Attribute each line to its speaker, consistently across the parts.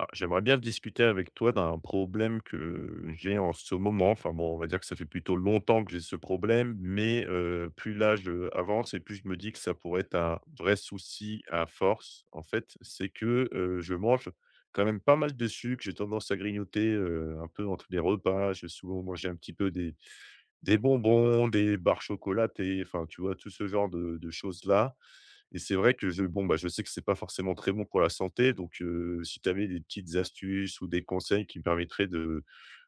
Speaker 1: Ah, j'aimerais bien discuter avec toi d'un problème que j'ai en ce moment. Enfin bon, on va dire que ça fait plutôt longtemps que j'ai ce problème, mais plus l'âge, avance et plus je me dis que ça pourrait être un vrai souci à force, en fait. C'est que, je mange quand même pas mal de sucre. J'ai tendance à grignoter, un peu entre les repas. J'ai souvent mangé un petit peu des bonbons, des barres chocolatées, enfin, tu vois, tout ce genre de choses-là et c'est vrai que je bon, bah, je sais que c'est pas forcément très bon pour la santé, donc si tu avais des petites astuces ou des conseils qui me permettraient de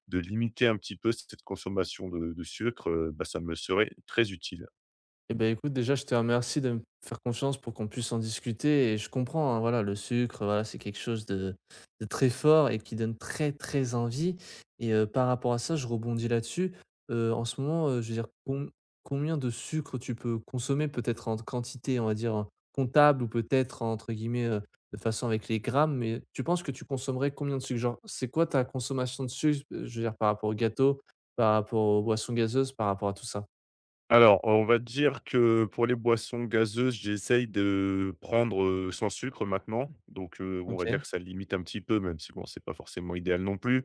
Speaker 1: de limiter un petit peu cette consommation de sucre, bah, ça me serait très utile.
Speaker 2: Eh ben écoute, déjà, je te remercie de me faire confiance pour qu'on puisse en discuter et je comprends, hein, voilà, le sucre, voilà, c'est quelque chose de très fort et qui donne très, très envie et par rapport à ça, je rebondis là-dessus. En ce moment, je veux dire, combien de sucre tu peux consommer? Peut-être en quantité, on va dire, comptable ou peut-être entre guillemets, de façon avec les grammes, mais tu penses que tu consommerais combien de sucre? Genre, c'est quoi ta consommation de sucre, je veux dire par rapport au gâteau, par rapport aux boissons gazeuses, par rapport à tout ça?
Speaker 1: Alors, on va dire que pour les boissons gazeuses, j'essaye de prendre, sans sucre maintenant. Donc, on va dire
Speaker 2: OK.
Speaker 1: que ça limite un petit peu, même si bon, c'est pas forcément idéal non plus.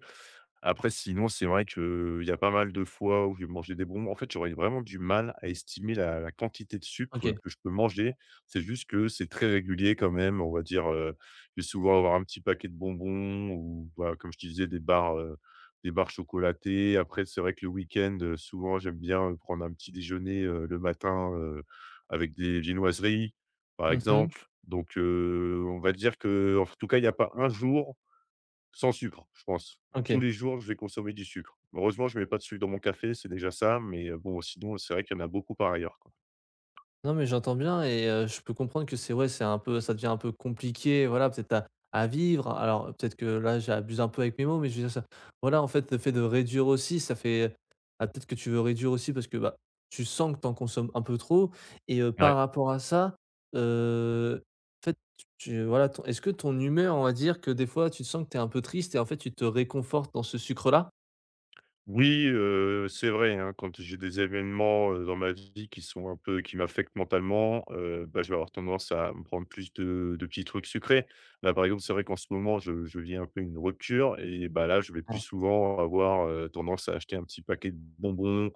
Speaker 1: Après sinon, c'est vrai qu'il y a pas mal de fois où j'ai mangé des bonbons. En fait, j'aurais vraiment du mal à estimer la quantité de sucre
Speaker 2: OK.
Speaker 1: que je peux manger. C'est juste que c'est très régulier quand même, on va dire, je vais souvent avoir un petit paquet de bonbons ou bah, comme je te disais, des barres chocolatées. Après, c'est vrai que le week-end, souvent, j'aime bien, prendre un petit déjeuner, le matin, avec des viennoiseries, par
Speaker 2: Mmh.
Speaker 1: exemple. Donc, on va dire que, en tout cas, il n'y a pas un jour sans sucre, je pense. Tous
Speaker 2: OK.
Speaker 1: les jours, je vais consommer du sucre. Heureusement, je ne mets pas de sucre dans mon café, c'est déjà ça, mais, bon, sinon, c'est vrai qu'il y en a beaucoup par ailleurs, quoi.
Speaker 2: Non, mais j'entends bien et je peux comprendre que c'est ouais, c'est un peu ça devient un peu compliqué, voilà, peut-être à vivre. Alors peut-être que là, j'abuse un peu avec mes mots, mais je veux dire ça voilà, en fait, le fait de réduire aussi, ça fait ah, peut-être que tu veux réduire aussi parce que, bah, tu sens que tu en consommes un peu trop et par
Speaker 1: Ouais.
Speaker 2: rapport à ça, heu, en fait, tu voilà, ton est-ce que ton humeur, on va dire que des fois, tu te sens que tu es un peu triste et en fait, tu te réconfortes dans ce sucre-là?
Speaker 1: Oui, c'est vrai, hein, quand j'ai des événements, dans ma vie qui sont un peu qui m'affectent mentalement, bah, je vais avoir tendance à me prendre plus de petits trucs sucrés. Là, par exemple, c'est vrai qu'en ce moment, je vis un peu une rupture et bah, là, je vais plus
Speaker 2: Ah.
Speaker 1: souvent avoir, tendance à acheter un petit paquet de bonbons,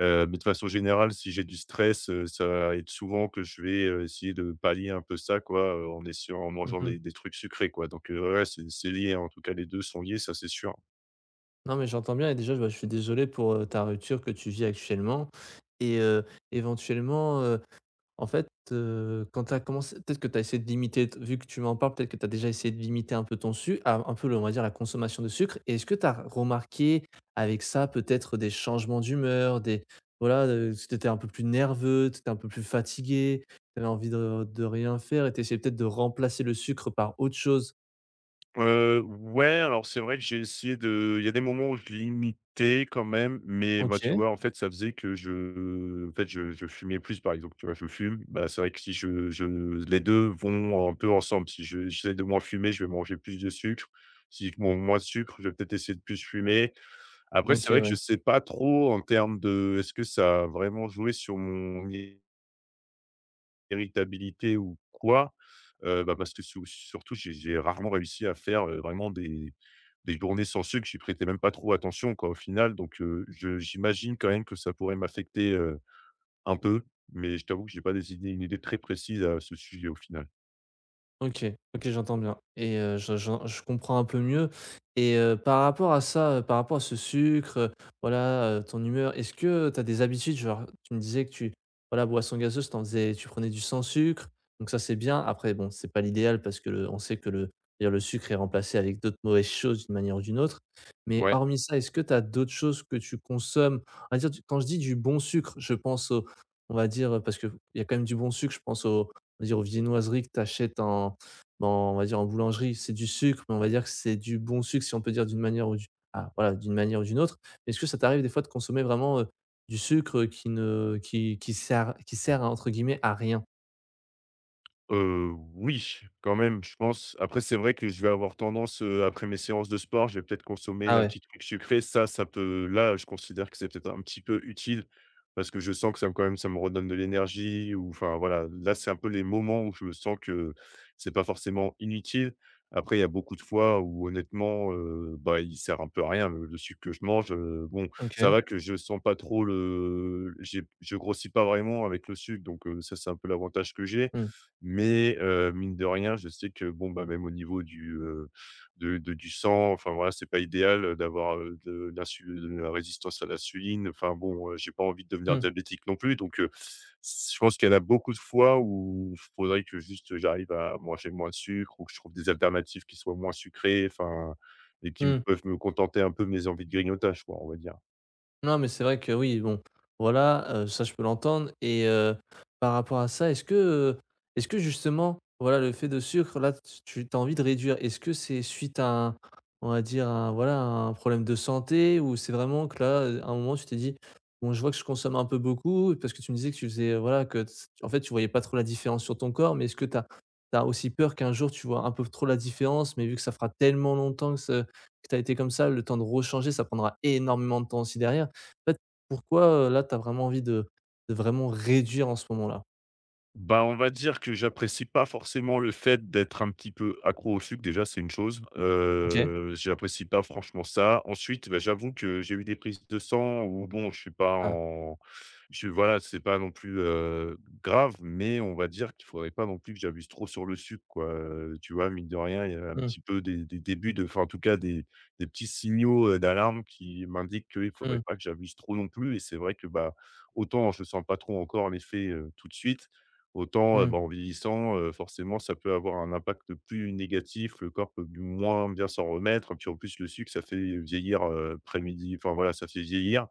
Speaker 1: mais de façon générale, si j'ai du stress, ça va être souvent que je vais, essayer de pallier un peu ça, quoi, en essayant en mangeant
Speaker 2: Mmh.
Speaker 1: des trucs sucrés, quoi, donc ouais, ouais, c'est lié, hein. En tout cas, les 2 sont liés, ça, c'est sûr.
Speaker 2: Non, mais j'entends bien et déjà, bah, je suis désolé pour, ta rupture que tu vis actuellement et éventuellement, en fait, quand tu as commencé peut-être que tu as essayé de limiter t vu que tu m'en parles, peut-être que tu as déjà essayé de limiter un peu ton sucre un peu le on va dire la consommation de sucre et est-ce que tu as remarqué avec ça peut-être des changements d'humeur, des voilà, si tu étais un peu plus nerveux, tu étais un peu plus fatigué, tu avais envie de rien faire et tu essayais peut-être de remplacer le sucre par autre chose?
Speaker 1: Ouais, alors c'est vrai que j'ai essayé de il y a des moments où je limitais quand même, mais bah, tu
Speaker 2: OK,
Speaker 1: vois, en fait, ça faisait que je en fait, je fumais plus, par exemple, tu vois? Je fume, bah, c'est vrai que si je je les 2 vont un peu ensemble. Si je j'essaie de moins fumer, je vais manger plus de sucre. Si je mange moins de sucre, je vais peut-être essayer de plus fumer. Après, c'est
Speaker 2: OK,
Speaker 1: vrai que
Speaker 2: ouais.
Speaker 1: je sais pas trop en termes de est-ce que ça a vraiment joué sur mon irritabilité ou quoi? Bah, parce que sou surtout, j'ai rarement réussi à faire, vraiment des journées sans sucre, j'y prêtais même pas trop attention quoi, au final donc je j'imagine quand même que ça pourrait m'affecter, un peu, mais je t'avoue que j'ai pas des idées une idée très précise à ce sujet au final.
Speaker 2: OK, OK, j'entends bien et je comprends un peu mieux et par rapport à ça, par rapport à ce sucre, voilà, ton humeur, est-ce que tu as des habitudes? Genre, tu me disais que tu voilà, boisson gazeuse, tu prenais du sans sucre, donc ça, c'est bien. Après bon, c'est pas l'idéal parce que le on sait que le dire le sucre est remplacé avec d'autres mauvaises choses d'une manière ou d'une autre, mais
Speaker 1: Ouais.
Speaker 2: hormis ça, est-ce que tu as d'autres choses que tu consommes? On va dire du quand je dis du bon sucre, je pense au on va dire, parce qu'il y a quand même du bon sucre, je pense au on va dire aux viennoiseries que tu achètes en Bon, on va dire en boulangerie, c'est du sucre, mais on va dire que c'est du bon sucre, si on peut dire d'une manière ou d'une ah, voilà, d'une manière ou d'une autre. Mais est-ce que ça t'arrive des fois de consommer vraiment, du sucre, qui ne qui qui «sert» à, entre guillemets à rien?
Speaker 1: Oui, quand même, je pense. Après, c'est vrai que je vais avoir tendance, après mes séances de sport, je vais peut-être consommer
Speaker 2: Ah
Speaker 1: un
Speaker 2: ouais,
Speaker 1: petit truc sucré. Ça peut là, je considère que c'est peut-être un petit peu utile parce que je sens que ça me quand même, ça me redonne de l'énergie ou enfin, voilà. Là, c'est un peu les moments où je me sens que c'est pas forcément inutile. Après, il y a beaucoup de fois où honnêtement, bah, il sert un peu à rien le sucre que je mange, bon, ça
Speaker 2: OK.
Speaker 1: va que je sens pas trop le j'ai je grossis pas vraiment avec le sucre donc ça, c'est un peu l'avantage que j'ai
Speaker 2: Mmh.
Speaker 1: mais mine de rien, je sais que bon, bah, même au niveau du, de du sang, enfin voilà, c'est pas idéal, d'avoir, de la résistance à l'insuline. Enfin bon, j'ai pas envie de devenir
Speaker 2: Mmh.
Speaker 1: diabétique non plus, donc je pense qu'il y en a beaucoup de fois où il faudrait que juste j'arrive à manger moins de sucre ou que je trouve des alternatives qui soient moins sucrées, enfin et qui me
Speaker 2: Mmh.
Speaker 1: peuvent me contenter un peu de mes envies de grignotage quoi, on va dire.
Speaker 2: Non, mais c'est vrai que oui, bon, voilà, ça je peux l'entendre et par rapport à ça, est-ce que, justement, voilà, le fait de sucre là, tu as envie de réduire, est-ce que c'est suite à un on va dire un, voilà, un problème de santé ou c'est vraiment que là, à un moment tu t'es dit: «Bon, je vois que je consomme un peu beaucoup» parce que tu me disais que tu faisais, voilà, que t en fait, tu voyais pas trop la différence sur ton corps, mais est-ce que tu as aussi peur qu'un jour tu vois un peu trop la différence, mais vu que ça fera tellement longtemps que ce que tu as été comme ça, le temps de rechanger, ça prendra énormément de temps aussi derrière. En fait, pourquoi, là, tu as vraiment envie de vraiment réduire en ce moment-là?
Speaker 1: Bah, on va dire que j'apprécie pas forcément le fait d'être un petit peu accro au sucre, déjà, c'est une chose.
Speaker 2: OK.
Speaker 1: J'apprécie pas franchement ça. Ensuite, bah, j'avoue que j'ai eu des prises de sang où bon, je suis pas
Speaker 2: Ah.
Speaker 1: en je voilà, c'est pas non plus, grave, mais on va dire qu'il faudrait pas non plus que j'abuse trop sur le sucre, quoi, tu vois? Mine de rien, il y a un
Speaker 2: Mmh,
Speaker 1: petit peu des débuts de enfin, en tout cas, des petits signaux, d'alarme qui m'indiquent qu'il faudrait
Speaker 2: mmh,
Speaker 1: pas que j'abuse trop non plus et c'est vrai que, bah, autant je sens pas trop encore l'effet, tout de suite, autant,
Speaker 2: mmh,
Speaker 1: bah, en vieillissant, forcément, ça peut avoir un impact plus négatif, le corps peut moins bien s'en remettre. Puis en plus, le sucre, ça fait vieillir, pré-midi, enfin voilà, ça fait vieillir.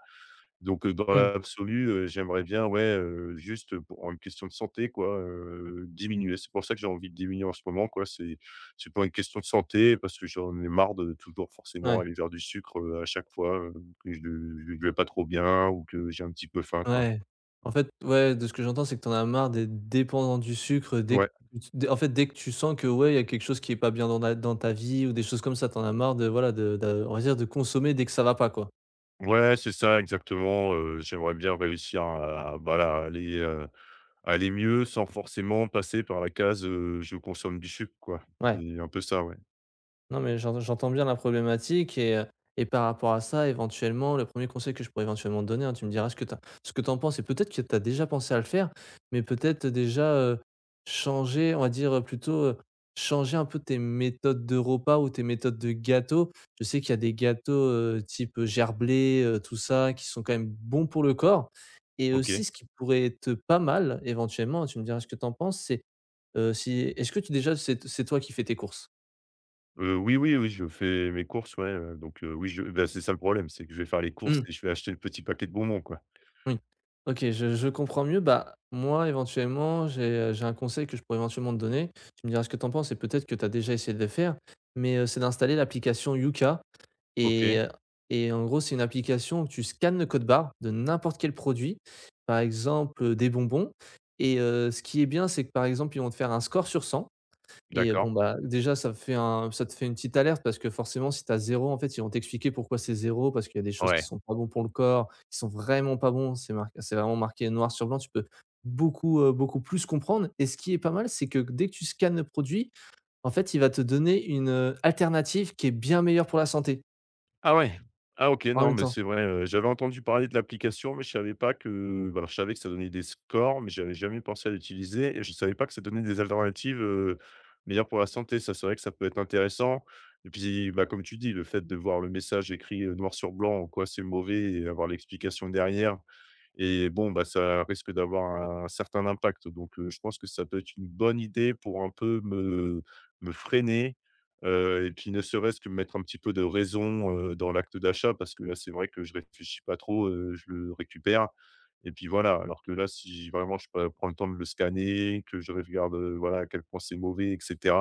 Speaker 1: Donc, dans
Speaker 2: mmh.
Speaker 1: l'absolu, j'aimerais bien, ouais, juste, pour une question de santé, quoi, diminuer. C'est pour ça que j'ai envie de diminuer en ce moment, quoi. C'est pour une question de santé, parce que j'en ai marre de toujours forcément
Speaker 2: Ouais,
Speaker 1: aller vers du sucre, à chaque fois, que je vais pas trop bien ou que j'ai un petit peu faim, quoi.
Speaker 2: ouais. En fait, ouais, de ce que j'entends, c'est que tu en as marre d'être dépendant du sucre dès que
Speaker 1: Ouais.
Speaker 2: tu dès en fait, dès que tu sens que, ouais, il y a quelque chose qui est pas bien dans na dans ta vie ou des choses comme ça, tu en as marre de, voilà, de on va dire de consommer dès que ça va pas, quoi.
Speaker 1: Ouais, c'est ça exactement, j'aimerais bien réussir à, voilà, aller, aller mieux sans forcément passer par la case, je consomme du sucre quoi.
Speaker 2: Ouais.
Speaker 1: C'est un peu ça, ouais.
Speaker 2: Non, mais j'entends bien la problématique et et par rapport à ça, éventuellement, le premier conseil que je pourrais éventuellement te donner, hein, tu me diras ce que tu en penses et peut-être que tu as déjà pensé à le faire, mais peut-être déjà, changer, on va dire, plutôt, changer un peu tes méthodes de repas ou tes méthodes de gâteaux. Je sais qu'il y a des gâteaux, type, gerblé, tout ça, qui sont quand même bons pour le corps et aussi
Speaker 1: OK.
Speaker 2: ce qui pourrait être pas mal, éventuellement, tu me diras ce que tu en penses, c'est, si est-ce que tu déjà c'est toi qui fais tes courses?
Speaker 1: Oui, oui, oui, je fais mes courses, ouais, donc oui, je bah, c'est ça le problème, c'est que je vais faire les courses et je vais acheter le petit paquet de bonbons quoi.
Speaker 2: Oui. OK, je comprends mieux. Bah, moi, éventuellement, j'ai un conseil que je pourrais éventuellement te donner. Tu me diras ce que tu en penses et peut-être que tu as déjà essayé de le faire, mais, c'est d'installer l'application Yuka et
Speaker 1: OK,
Speaker 2: heu et en gros, c'est une application où tu scannes le code barre de n'importe quel produit, par exemple, des bonbons et ce qui est bien, c'est que, par exemple, ils vont te faire un score sur 100. Et bon,
Speaker 1: d'accord.
Speaker 2: bah, déjà ça te fait une petite alerte parce que forcément si tu as 0, en fait, ils vont t'expliquer pourquoi c'est zéro parce qu'il y a des choses qui
Speaker 1: Ouais.
Speaker 2: sont pas bons pour le corps, qui sont vraiment pas bons, c'est vraiment marqué noir sur blanc, tu peux beaucoup plus comprendre et ce qui est pas mal, c'est que dès que tu scannes le produit, en fait, il va te donner une, alternative qui est bien meilleure pour la santé,
Speaker 1: Ah ouais? Ah OK,
Speaker 2: en
Speaker 1: non,
Speaker 2: même
Speaker 1: mais
Speaker 2: temps.
Speaker 1: c'est vrai, j'avais entendu parler de l'application, mais je savais pas que bah, alors je savais que ça donnait des scores, mais j'avais jamais pensé à l'utiliser et je savais pas que ça donnait des alternatives, meilleures pour la santé. Ça, c'est vrai que ça peut être intéressant et puis, bah, comme tu dis, le fait de voir le message écrit, noir sur blanc en quoi c'est mauvais et avoir l'explication derrière, et bon, bah, ça risque d'avoir un certain impact. Donc, je pense que ça peut être une bonne idée pour un peu me freiner, et puis ne serait-ce que mettre un petit peu de raison, dans l'acte d'achat parce que là, c'est vrai que je réfléchis pas trop, je le récupère et puis voilà. Alors que là, si vraiment je prends le temps de le scanner, que je regarde, voilà à quel point c'est mauvais etc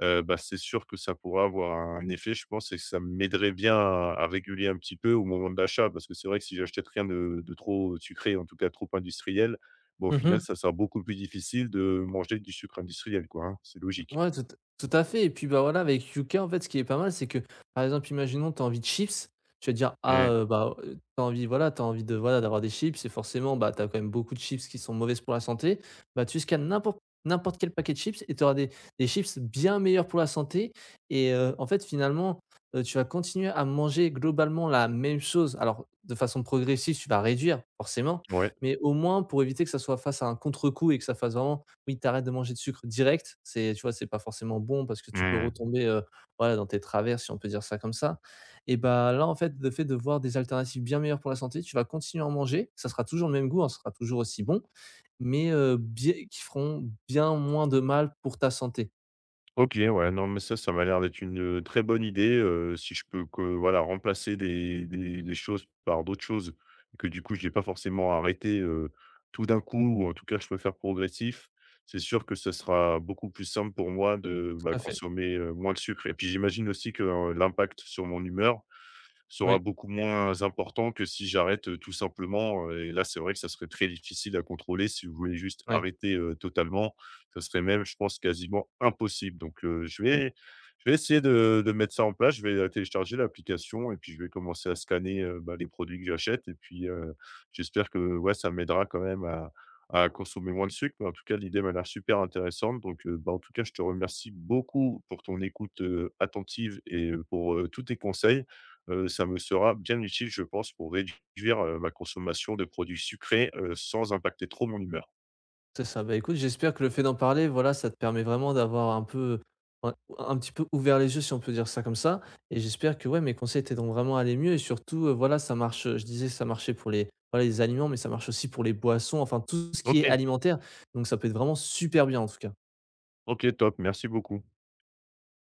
Speaker 1: bah, c'est sûr que ça pourra avoir un effet, je pense et que ça m'aiderait bien à réguler un petit peu au moment de l'achat. Parce que c'est vrai que si j'achetais rien de trop sucré, en tout cas trop industriel, bon au final,
Speaker 2: Mmh.
Speaker 1: ça sera beaucoup plus difficile de manger du sucre industriel, quoi, hein. C'est logique.
Speaker 2: Ouais, tout à fait et puis, bah, voilà, avec Yuka, en fait, ce qui est pas mal, c'est que, par exemple, imaginons, tu as envie de chips, tu vas dire: «Ah,
Speaker 1: Mmh.
Speaker 2: bah, voilà, t'as envie de, voilà, d'avoir des chips et forcément, bah, t'as quand même beaucoup de chips qui sont mauvaises pour la santé. Bah, tu scannes n'importe quel paquet de chips et tu auras des chips bien meilleurs pour la santé et en fait, finalement, tu vas continuer à manger globalement la même chose. Alors, de façon progressive, tu vas réduire, forcément,
Speaker 1: Ouais.
Speaker 2: mais au moins pour éviter que ça soit face à un contre-coup et que ça fasse vraiment oui, tu arrêtes de manger de sucre direct, c'est tu vois, c'est pas forcément bon parce que tu peux
Speaker 1: Mmh.
Speaker 2: retomber, voilà, dans tes travers, si on peut dire ça comme ça et bah, là, en fait, le fait de voir des alternatives bien meilleures pour la santé, tu vas continuer à en manger, ça sera toujours le même goût, hein, ça sera toujours aussi bon, mais bien qui feront bien moins de mal pour ta santé.
Speaker 1: OK, ouais, non, mais ça m'a l'air d'être une, très bonne idée, si je peux que voilà, remplacer des choses par d'autres choses et que du coup, j'ai pas forcément arrêté, tout d'un coup ou en tout cas, je peux faire progressif. C'est sûr que ce sera beaucoup plus simple pour moi de,
Speaker 2: Tout
Speaker 1: bah,
Speaker 2: à fait.
Speaker 1: consommer, moins de sucre et puis j'imagine aussi que, l'impact sur mon humeur,
Speaker 2: Oui,
Speaker 1: sera beaucoup moins important que si j'arrête, tout simplement, et là, c'est vrai que ça serait très difficile à contrôler. Si vous voulez juste
Speaker 2: oui.
Speaker 1: arrêter, totalement, ça serait même, je pense, quasiment impossible. Donc, je vais essayer de mettre ça en place. Je vais, télécharger l'application et puis je vais commencer à scanner, bah, les produits que j'achète et puis, j'espère que, ouais, ça m'aidera quand même à consommer moins de sucre. Mais en tout cas, l'idée m'a l'air super intéressante. Donc, bah, en tout cas, je te remercie beaucoup pour ton écoute, attentive et pour, tous tes conseils ça me sera bien utile, je pense, pour réduire, ma consommation de produits sucrés, sans impacter trop mon humeur.
Speaker 2: C'est ça. Bah, écoute, j'espère que le fait d'en parler, voilà, ça te permet vraiment d'avoir un petit peu ouvert les yeux, si on peut dire ça comme ça et j'espère que, ouais, mes conseils t'aideront vraiment à aller mieux et surtout, voilà, ça marche, je disais ça marchait pour les voilà, les aliments, mais ça marche aussi pour les boissons, enfin tout ce qui est
Speaker 1: OK,
Speaker 2: alimentaire, donc ça peut être vraiment super bien, en tout cas.
Speaker 1: OK, top, merci beaucoup.